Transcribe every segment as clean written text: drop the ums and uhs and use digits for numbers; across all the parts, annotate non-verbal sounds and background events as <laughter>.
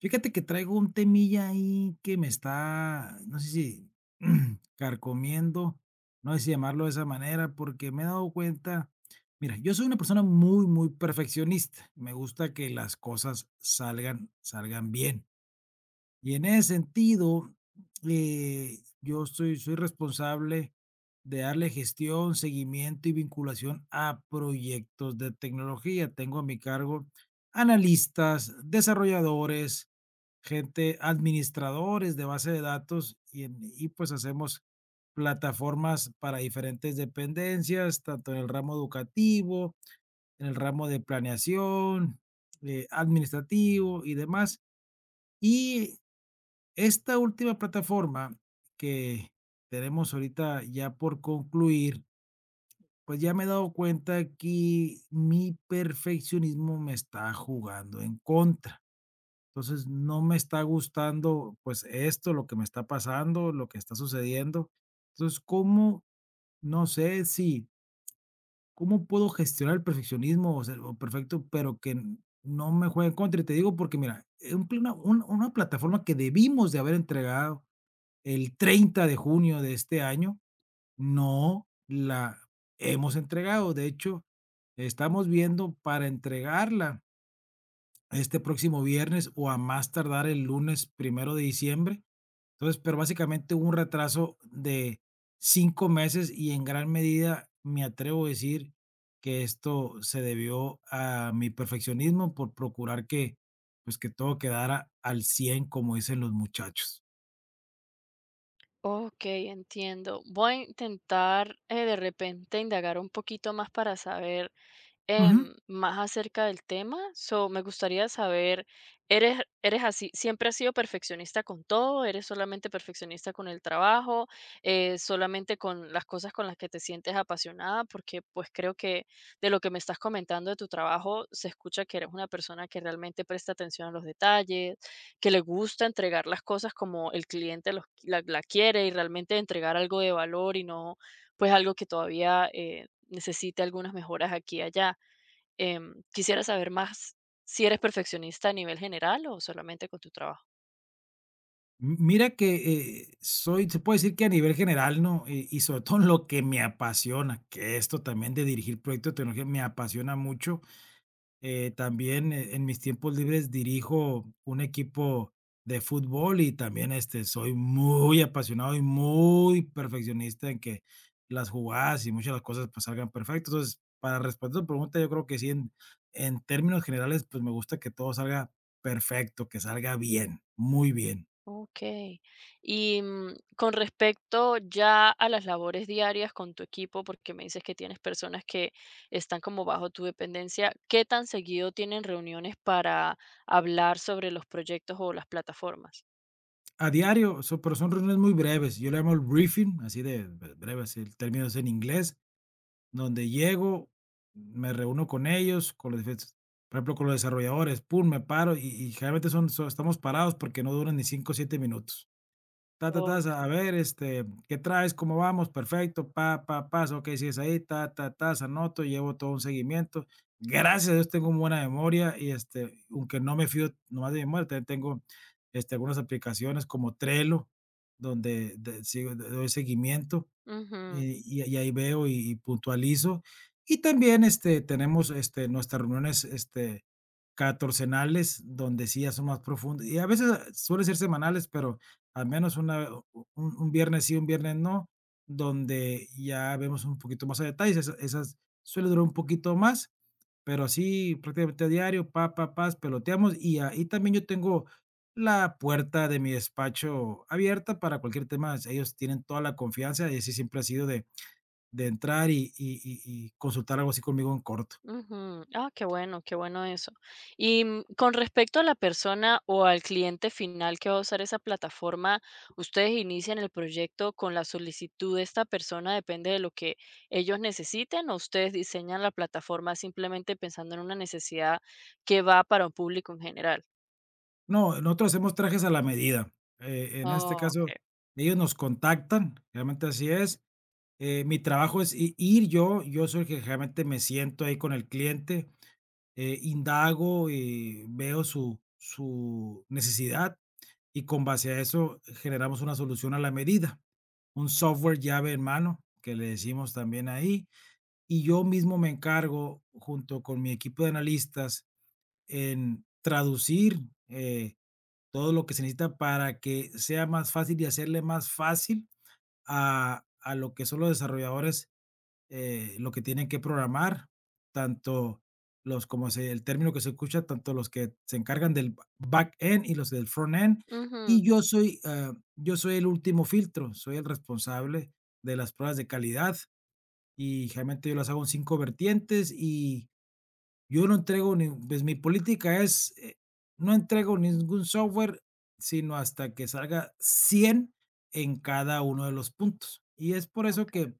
Fíjate que traigo un temilla ahí que me está, no sé si <clears throat> carcomiendo, no sé si llamarlo de esa manera, porque me he dado cuenta. Mira, yo soy una persona muy, muy perfeccionista, me gusta que las cosas salgan bien. Y en ese sentido, yo soy responsable de darle gestión, seguimiento y vinculación a proyectos de tecnología. Tengo a mi cargo analistas, desarrolladores, gente, administradores de base de datos y pues hacemos plataformas para diferentes dependencias, tanto en el ramo educativo, en el ramo de planeación, administrativo y demás. Y esta última plataforma que tenemos ahorita ya por concluir, pues ya me he dado cuenta que mi perfeccionismo me está jugando en contra. Entonces, no me está gustando, pues esto, lo que me está pasando, lo que está sucediendo. Entonces, ¿cómo? No sé si, ¿cómo puedo gestionar el perfeccionismo o ser o perfecto, pero que no me juegue en contra? Y te digo porque, mira, un pl- una, un- una plataforma que debimos de haber entregado el 30 de junio de este año, no la hemos entregado. De hecho, estamos viendo para entregarla este próximo viernes o a más tardar el lunes primero de diciembre. Entonces, pero básicamente hubo un retraso de 5 meses y en gran medida me atrevo a decir que esto se debió a mi perfeccionismo por procurar que, pues que todo quedara al 100, como dicen los muchachos. Ok, entiendo. Voy a intentar de repente indagar un poquito más para saber Ujú. más acerca del tema. So, me gustaría saber, ¿eres así, siempre has sido perfeccionista con todo? ¿Eres solamente perfeccionista con el trabajo? ¿Solamente con las cosas con las que te sientes apasionada? Porque pues creo que de lo que me estás comentando de tu trabajo, se escucha que eres una persona que realmente presta atención a los detalles, que le gusta entregar las cosas como el cliente la quiere y realmente entregar algo de valor y no pues algo que todavía necesite algunas mejoras aquí y allá. Quisiera saber más si eres perfeccionista a nivel general o solamente con tu trabajo. Mira que, soy se puede decir que a nivel general, ¿no? Y sobre todo <laughs> en lo que me apasiona, que esto también de dirigir proyectos de tecnología me apasiona mucho. También, en mis tiempos libres dirijo un equipo de fútbol y también, este, soy muy apasionado y muy perfeccionista en que las jugadas y muchas de las cosas, pues, salgan perfecto. Entonces, para responder tu pregunta, yo creo que sí, en términos generales, pues, me gusta que todo salga perfecto, que salga bien, muy bien. Ok. Y con respecto ya a las labores diarias con tu equipo, porque me dices que tienes personas que están como bajo tu dependencia, ¿qué tan seguido tienen reuniones para hablar sobre los proyectos o las plataformas? A diario, pero son reuniones muy breves. Yo le llamo el briefing, así de breve, así el término es en inglés, donde llego, me reúno con ellos, con los diferentes, por ejemplo, con los desarrolladores. Pum, me paro y generalmente son so estamos parados porque no duran ni 5 o 7 minutos. Ta, ta, ta, Ok. a ver, este, ¿qué traes? ¿Cómo vamos? Perfecto, pa, pa, pas, ok, si es ahí, ta, ta, ta, anoto, llevo todo un seguimiento. Gracias a Dios tengo muy buena memoria y, este, aunque no me fío nomás de mi memoria, también tengo, este, algunas aplicaciones como Trello, donde de sigo doy seguimiento. Ujú. Y ahí veo y puntualizo. Y también, este, tenemos, este, nuestras reuniones, este, catorcenales, donde sí ya son más profundas, y a veces suelen ser semanales, pero al menos una u un viernes sí, un viernes no, donde ya vemos un poquito más a detalles, esas suele durar un poquito más, pero así prácticamente a diario, pa, pa, pas, peloteamos y ahí también yo tengo la puerta de mi despacho abierta para cualquier tema, ellos tienen toda la confianza y así siempre ha sido de entrar y consultar algo así conmigo en corto. Ujú. Ah, qué bueno eso. Y con respecto a la persona o al cliente final que va a usar esa plataforma, ustedes inician el proyecto con la solicitud de esta persona, depende de lo que ellos necesiten, o ustedes diseñan la plataforma simplemente pensando en una necesidad que va para un público en general. No, nosotros hacemos trajes a la medida. En este Oh, caso, ok. ellos nos contactan, realmente así es. Mi trabajo es i ir yo soy el que realmente me siento ahí con el cliente, indago y veo su necesidad, y con base a eso generamos una solución a la medida, un software llave en mano, que le decimos también ahí, y yo mismo me encargo, junto con mi equipo de analistas, en traducir, eh, todo lo que se necesita para que sea más fácil y hacerle más fácil a lo que son los desarrolladores, lo que tienen que programar, tanto los como se el término que se escucha, tanto los que se encargan del back end y los del front end. Ujú. Y yo soy el último filtro, soy el responsable de las pruebas de calidad y, generalmente, yo las hago en 5 vertientes y yo no entrego ni pues, mi política es, no entrego ningún software, sino hasta que salga 100 en cada uno de los puntos. Y es por eso que,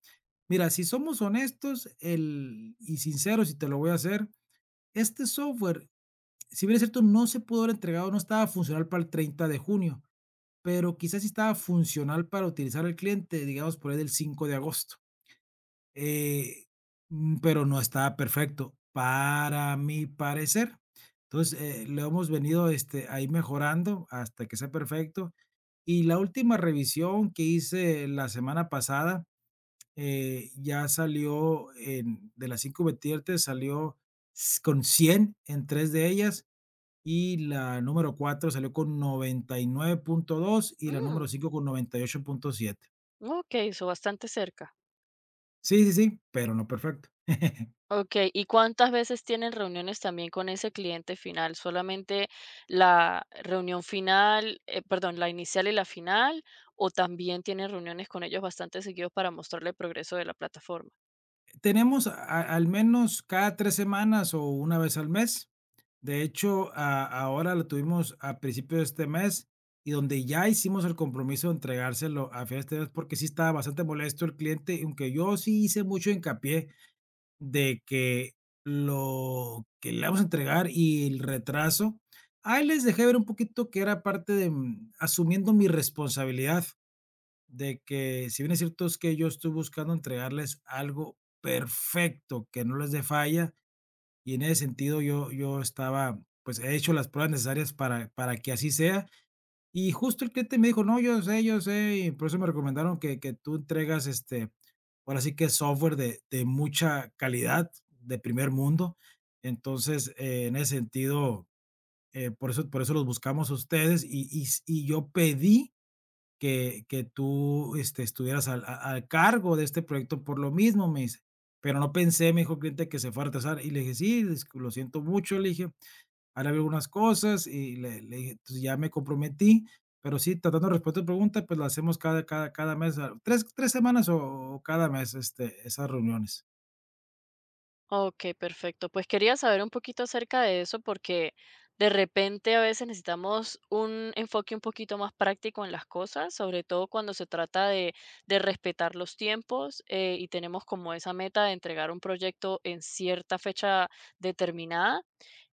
mira, si somos honestos el y sinceros, y te lo voy a hacer, este software, si bien es cierto, no se pudo haber entregado, no estaba funcional para el 30 de junio, pero quizás sí estaba funcional para utilizar el cliente, digamos, por ahí del 5 de agosto. Eh, pero no estaba perfecto, para mi parecer. Entonces, lo hemos venido, este, ahí mejorando hasta que sea perfecto. Y la última revisión que hice la semana pasada, ya salió en de las 5 vertientes, salió con 100 en 3 de ellas, y la número 4 salió con 99,2 y la número Mm, 5 con 98,7. ok, eso bastante cerca. Sí, sí, sí, pero no perfecto. <laughs> Okey, ¿y cuántas veces tienen reuniones también con ese cliente final? ¿Solamente la reunión final, perdón, la inicial y la final, o también tienen reuniones con ellos bastante seguidos para mostrarle el progreso de la plataforma? Tenemos al menos cada 3 semanas o una vez al mes. De hecho, a ahora lo tuvimos a principios de este mes y donde ya hicimos el compromiso de entregárselo a finales de este mes, porque sí estaba bastante molesto el cliente, y aunque yo sí hice mucho hincapié de que lo que le vamos a entregar y el retraso, ahí les dejé ver un poquito que era parte de, asumiendo mi responsabilidad de que, si bien es cierto, es que yo estoy buscando entregarles algo perfecto, que no les dé falla, y en ese sentido yo estaba, pues, he hecho las pruebas necesarias para que así sea, y justo el cliente me dijo: "No, yo sé", y por eso me recomendaron que tú entregas, este, ahora sí que software de mucha calidad, de primer mundo. Entonces, en ese sentido, por eso los buscamos a ustedes, y yo pedí que tú, este, estuvieras al cargo de este proyecto por lo mismo", me dice, "pero no pensé", me dijo el cliente, "que se fuera a atrasar", y le dije: "Sí, dis lo siento mucho", le dije, "han habido algunas cosas", y le dije, "entonces ya me comprometí, pero sí, tratando de responder tu pregunta, pues la hacemos cada mes, ah, 3 3 semanas o cada mes, este, esas reuniones". Ok, perfecto. Pues quería saber un poquito acerca de eso porque de repente a veces necesitamos un enfoque un poquito más práctico en las cosas, sobre todo cuando se trata de respetar los tiempos y tenemos como esa meta de entregar un proyecto en cierta fecha determinada.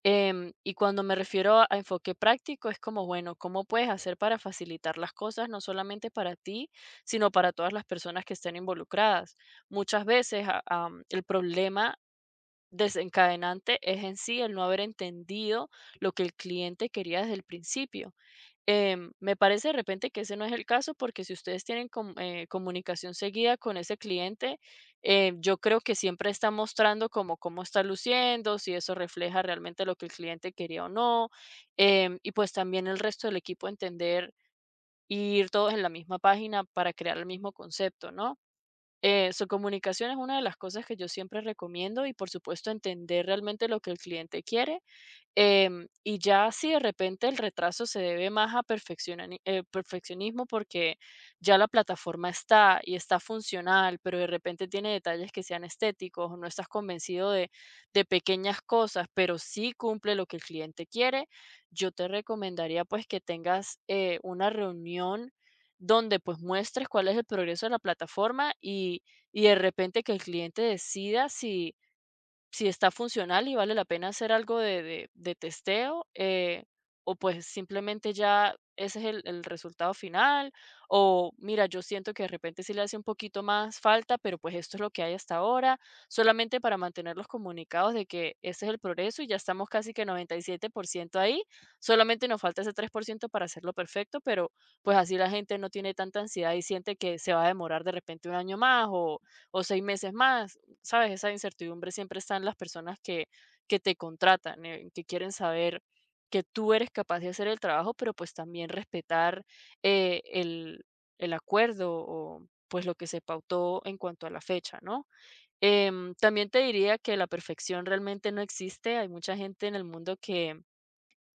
Y cuando me refiero a enfoque práctico, es como, bueno, ¿cómo puedes hacer para facilitar las cosas, no solamente para ti, sino para todas las personas que estén involucradas? Muchas veces el problema desencadenante es en sí el no haber entendido lo que el cliente quería desde el principio. Me parece de repente que ese no es el caso porque si ustedes tienen comunicación seguida con ese cliente, yo creo que siempre está mostrando como cómo está luciendo, si eso refleja realmente lo que el cliente quería o no, y pues también el resto del equipo entender y ir todos en la misma página para crear el mismo concepto, ¿no? Su comunicación es una de las cosas que yo siempre recomiendo y, por supuesto, entender realmente lo que el cliente quiere. Y ya si de repente el retraso se debe más a perfeccionismo porque ya la plataforma está y está funcional, pero de repente tiene detalles que sean estéticos o no estás convencido de pequeñas cosas, pero sí cumple lo que el cliente quiere, yo te recomendaría pues que tengas una reunión donde pues muestres cuál es el progreso de la plataforma y de repente que el cliente decida si si está funcional y vale la pena hacer algo de, de testeo, o pues simplemente ya ese es el resultado final, o mira, yo siento que de repente sí le hace un poquito más falta, pero pues esto es lo que hay hasta ahora, solamente para mantenerlos comunicados de que ese es el progreso y ya estamos casi que 97% ahí, solamente nos falta ese 3% para hacerlo perfecto, pero pues así la gente no tiene tanta ansiedad y siente que se va a demorar de repente un año más o 6 meses más. ¿Sabes? Esa incertidumbre siempre está en las personas que te contratan, en que quieren saber que tú eres capaz de hacer el trabajo, pero pues también respetar eh, el, el acuerdo o pues lo que se pautó en cuanto a la fecha, ¿no? También te diría que la perfección realmente no existe. Hay mucha gente en el mundo que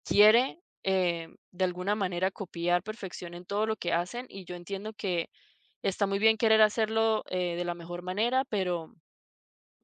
quiere de alguna manera copiar perfección en todo lo que hacen y yo entiendo que está muy bien querer hacerlo de la mejor manera, pero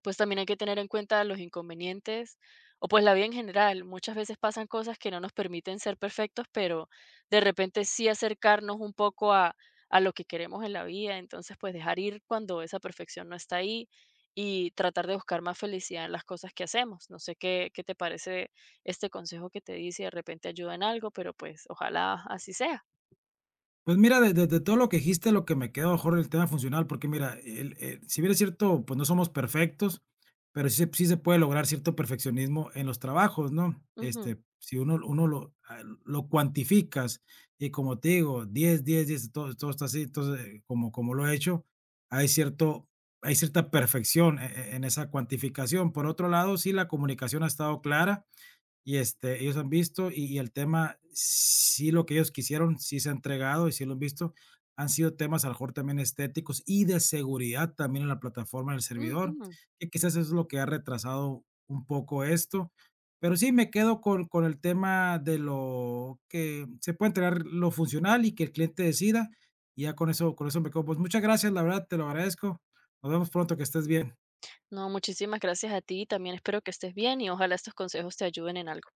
pues también hay que tener en cuenta los inconvenientes o pues la vida en general. Muchas veces pasan cosas que no nos permiten ser perfectos, pero de repente sí acercarnos un poco a lo que queremos en la vida. Entonces, pues dejar ir cuando esa perfección no está ahí y tratar de buscar más felicidad en las cosas que hacemos. No sé qué, qué te parece este consejo que te di, si de repente ayuda en algo, pero pues ojalá así sea. Pues mira, de todo lo que dijiste, lo que me quedó mejor el tema funcional, porque mira, el si bien es cierto, pues no somos perfectos, pero sí se puede lograr cierto perfeccionismo en los trabajos, ¿no? Ujú, Este, si uno lo lo cuantificas y como te digo, 10 10 10 todo está así, entonces, como lo he hecho, hay cierto hay cierta perfección en esa cuantificación. Por otro lado, sí, la comunicación ha estado clara, y, este, ellos han visto y el tema, sí, lo que ellos quisieron, sí se ha entregado y sí lo han visto. Han sido temas, a lo mejor, también estéticos y de seguridad también en la plataforma del servidor, ujú. que quizás eso es lo que ha retrasado un poco esto. Pero sí, me quedo con el tema de lo que se puede entregar lo funcional y que el cliente decida, y ya con eso me quedo. Pues, muchas gracias, la verdad, te lo agradezco. Nos vemos pronto, que estés bien. No, muchísimas gracias a ti. También espero que estés bien y ojalá estos consejos te ayuden en algo.